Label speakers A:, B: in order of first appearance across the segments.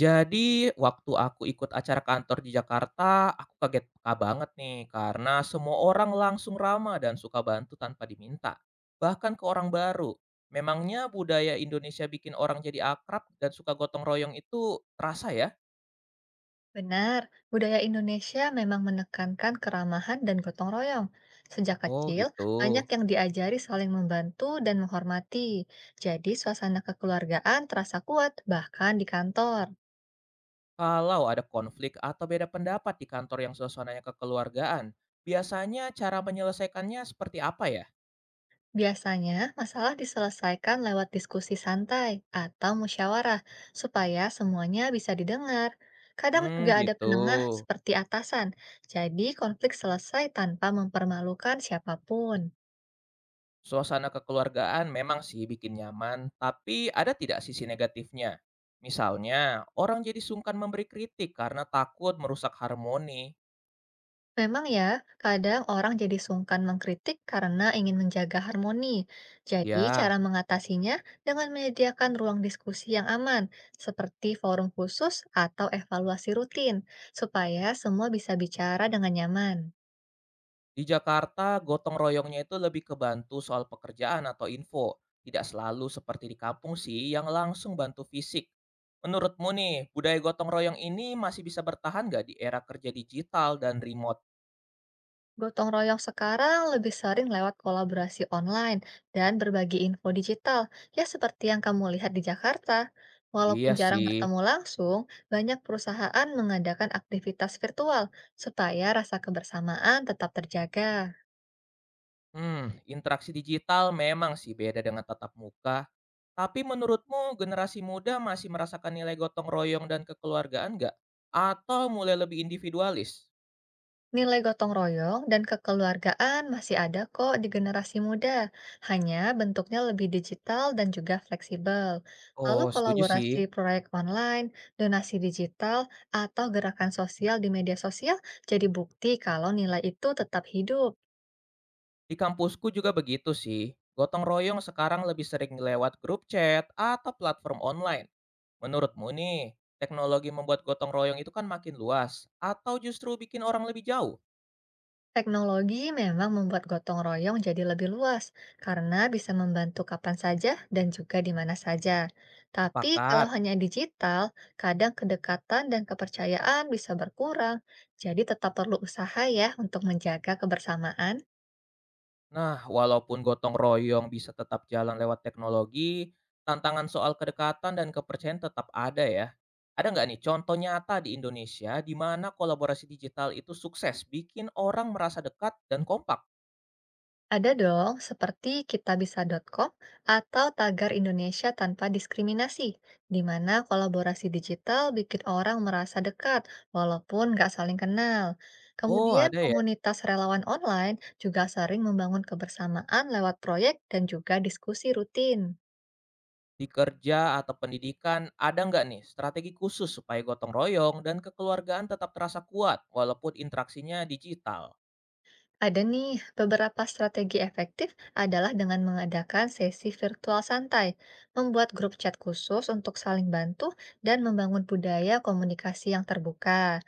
A: Jadi, waktu aku ikut acara kantor di Jakarta, aku kaget peka banget nih karena semua orang langsung ramah dan suka bantu tanpa diminta, bahkan ke orang baru. Memangnya budaya Indonesia bikin orang jadi akrab dan suka gotong royong itu terasa ya?
B: Benar, budaya Indonesia memang menekankan keramahan dan gotong royong. Sejak
A: Oh
B: kecil,
A: gitu.
B: banyak yang diajari saling membantu dan menghormati. Jadi, suasana kekeluargaan terasa kuat, bahkan di kantor.
A: Kalau ada konflik atau beda pendapat di kantor yang suasananya kekeluargaan, biasanya cara menyelesaikannya seperti apa ya?
B: Biasanya, masalah diselesaikan lewat diskusi santai atau musyawarah, supaya semuanya bisa didengar. Kadang
A: Hmm
B: juga ada
A: gitu.
B: penengah seperti atasan, jadi konflik selesai tanpa mempermalukan siapapun.
A: Suasana kekeluargaan memang sih bikin nyaman, tapi ada tidak sisi negatifnya? Misalnya, orang jadi sungkan memberi kritik karena takut merusak harmoni.
B: Memang ya, kadang orang jadi sungkan mengkritik karena ingin menjaga harmoni. Jadi, cara
A: Ya,
B: mengatasinya dengan menyediakan ruang diskusi yang aman, seperti forum khusus atau evaluasi rutin, supaya semua bisa bicara dengan nyaman.
A: di Jakarta gotong royongnya itu lebih kebantu soal pekerjaan atau info. Tidak selalu seperti di kampung sih yang langsung bantu fisik. Menurutmu nih, budaya gotong royong ini masih bisa bertahan nggak di era kerja digital dan remote?
B: Gotong royong sekarang lebih sering lewat kolaborasi online dan berbagi info digital, ya seperti yang kamu lihat di Jakarta. Walaupun
A: Iya
B: jarang
A: sih.
B: bertemu langsung, banyak perusahaan mengadakan aktivitas virtual supaya rasa kebersamaan tetap terjaga.
A: Hmm, interaksi digital memang sih beda dengan tatap muka. Tapi menurutmu generasi muda masih merasakan nilai gotong royong dan kekeluargaan nggak? Atau mulai lebih individualis?
B: Nilai gotong royong dan kekeluargaan masih ada kok di generasi muda, hanya bentuknya lebih digital dan juga fleksibel. Lalu
A: Oh, setuju sih.
B: kolaborasi proyek online, donasi digital, atau gerakan sosial di media sosial jadi bukti kalau nilai itu tetap hidup.
A: Di kampusku juga begitu sih. Gotong royong sekarang lebih sering lewat grup chat atau platform online. Menurutmu nih, teknologi membuat gotong royong itu kan makin luas atau justru bikin orang lebih jauh?
B: Teknologi memang membuat gotong royong jadi lebih luas karena bisa membantu kapan saja dan juga di mana saja. Tapi kalau
A: Sepakat.
B: hanya digital, kadang kedekatan dan kepercayaan bisa berkurang. Jadi tetap perlu usaha ya untuk menjaga kebersamaan.
A: Nah, walaupun gotong royong bisa tetap jalan lewat teknologi, tantangan soal kedekatan dan kepercayaan tetap ada ya. Ada nggak nih contoh nyata di Indonesia di mana kolaborasi digital itu sukses bikin orang merasa dekat dan kompak?
B: Ada dong, seperti kitabisa.com atau Tagar Indonesia Tanpa Diskriminasi, di mana kolaborasi digital bikin orang merasa dekat walaupun nggak saling kenal.
A: Oh,
B: Kemudian
A: ada ya.
B: komunitas relawan online juga sering membangun kebersamaan lewat proyek dan juga diskusi rutin.
A: Di kerja atau pendidikan, ada nggak nih strategi khusus supaya gotong royong dan kekeluargaan tetap terasa kuat walaupun interaksinya digital?
B: Ada nih, beberapa strategi efektif adalah dengan mengadakan sesi virtual santai, membuat grup chat khusus untuk saling bantu, dan membangun budaya komunikasi yang terbuka.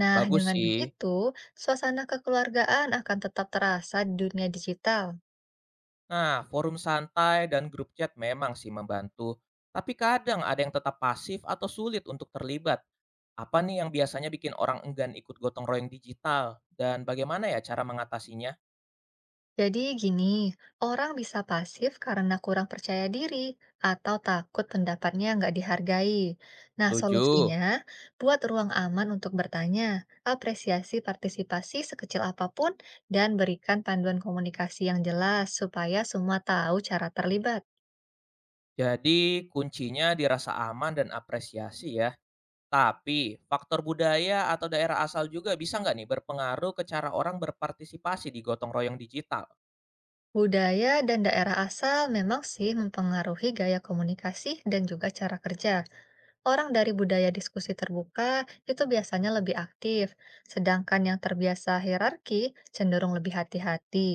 B: Nah,
A: Bagus
B: dengan
A: sih.
B: begitu, suasana kekeluargaan akan tetap terasa di dunia digital.
A: Nah, forum santai dan grup chat memang sih membantu, tapi kadang ada yang tetap pasif atau sulit untuk terlibat. Apa nih yang biasanya bikin orang enggan ikut gotong royong digital dan bagaimana ya cara mengatasinya?
B: Jadi gini, orang bisa pasif karena kurang percaya diri atau takut pendapatnya nggak dihargai. Nah,
A: 7.
B: solusinya buat ruang aman untuk bertanya, apresiasi partisipasi sekecil apapun, dan berikan panduan komunikasi yang jelas supaya semua tahu cara terlibat.
A: Jadi kuncinya dirasa aman dan apresiasi ya. Tapi faktor budaya atau daerah asal juga bisa nggak nih berpengaruh ke cara orang berpartisipasi di gotong royong digital?
B: Budaya dan daerah asal memang sih mempengaruhi gaya komunikasi dan juga cara kerja. Orang dari budaya diskusi terbuka itu biasanya lebih aktif, sedangkan yang terbiasa hierarki cenderung lebih hati-hati.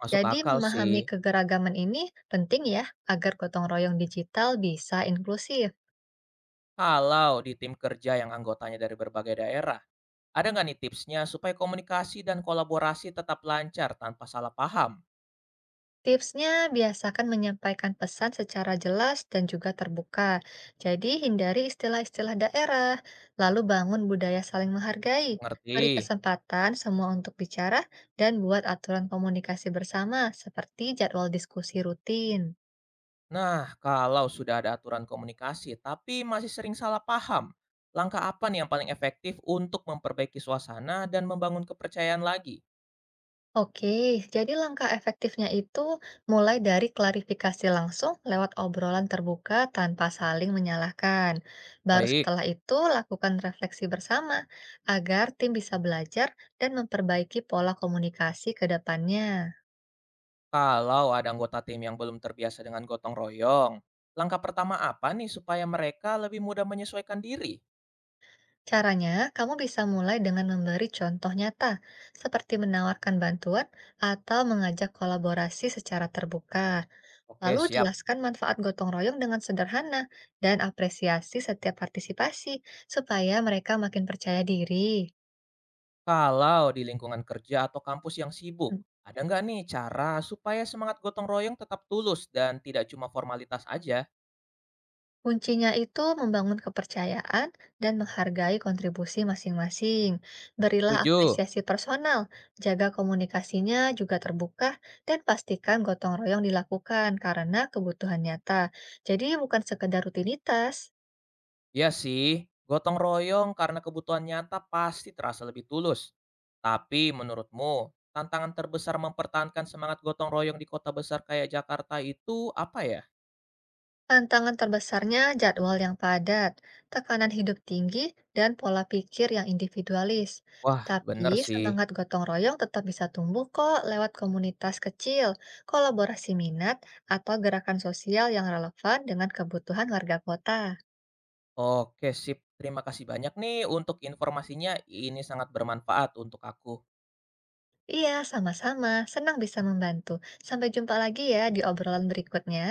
A: Masuk
B: Jadi,
A: akal sih.
B: memahami kegeragaman ini penting ya, agar gotong royong digital bisa inklusif.
A: Kalau di tim kerja yang anggotanya dari berbagai daerah, ada nggak nih tipsnya supaya komunikasi dan kolaborasi tetap lancar tanpa salah paham?
B: Tipsnya biasakan menyampaikan pesan secara jelas dan juga terbuka. Jadi hindari istilah-istilah daerah, lalu bangun budaya saling menghargai. Beri
A: Mengerti.
B: kesempatan semua untuk bicara dan buat aturan komunikasi bersama seperti jadwal diskusi rutin.
A: Nah, kalau sudah ada aturan komunikasi tapi masih sering salah paham, langkah apa nih yang paling efektif untuk memperbaiki suasana dan membangun kepercayaan lagi?
B: Oke, jadi langkah efektifnya itu mulai dari klarifikasi langsung lewat obrolan terbuka tanpa saling menyalahkan. Baru
A: Baik,
B: setelah itu, lakukan refleksi bersama agar tim bisa belajar dan memperbaiki pola komunikasi ke depannya.
A: kalau ada anggota tim yang belum terbiasa dengan gotong royong, langkah pertama apa nih supaya mereka lebih mudah menyesuaikan diri?
B: Caranya, kamu bisa mulai dengan memberi contoh nyata, seperti menawarkan bantuan atau mengajak kolaborasi secara terbuka.
A: Oke,
B: Lalu
A: siap.
B: jelaskan manfaat gotong royong dengan sederhana dan apresiasi setiap partisipasi supaya mereka makin percaya diri.
A: Kalau di lingkungan kerja atau kampus yang sibuk,
B: Hmm,
A: ada nggak nih cara supaya semangat gotong royong tetap tulus dan tidak cuma formalitas aja?
B: kuncinya itu membangun kepercayaan dan menghargai kontribusi masing-masing. Berilah
A: 7,
B: apresiasi personal, jaga komunikasinya juga terbuka, dan pastikan gotong royong dilakukan karena kebutuhan nyata. Jadi bukan sekedar rutinitas.
A: iya sih, gotong royong karena kebutuhan nyata pasti terasa lebih tulus. Tapi menurutmu, tantangan terbesar mempertahankan semangat gotong royong di kota besar kayak Jakarta itu apa ya?
B: Tantangan terbesarnya jadwal yang padat, tekanan hidup tinggi, dan pola pikir yang individualis.
A: Wah,
B: Tapi
A: bener sih.
B: semangat gotong royong tetap bisa tumbuh kok lewat komunitas kecil, kolaborasi minat, atau gerakan sosial yang relevan dengan kebutuhan warga kota.
A: Oke, sip. Terima kasih banyak nih untuk informasinya. Ini sangat bermanfaat untuk aku.
B: Iya, sama-sama. Senang bisa membantu. Sampai jumpa lagi ya di obrolan berikutnya.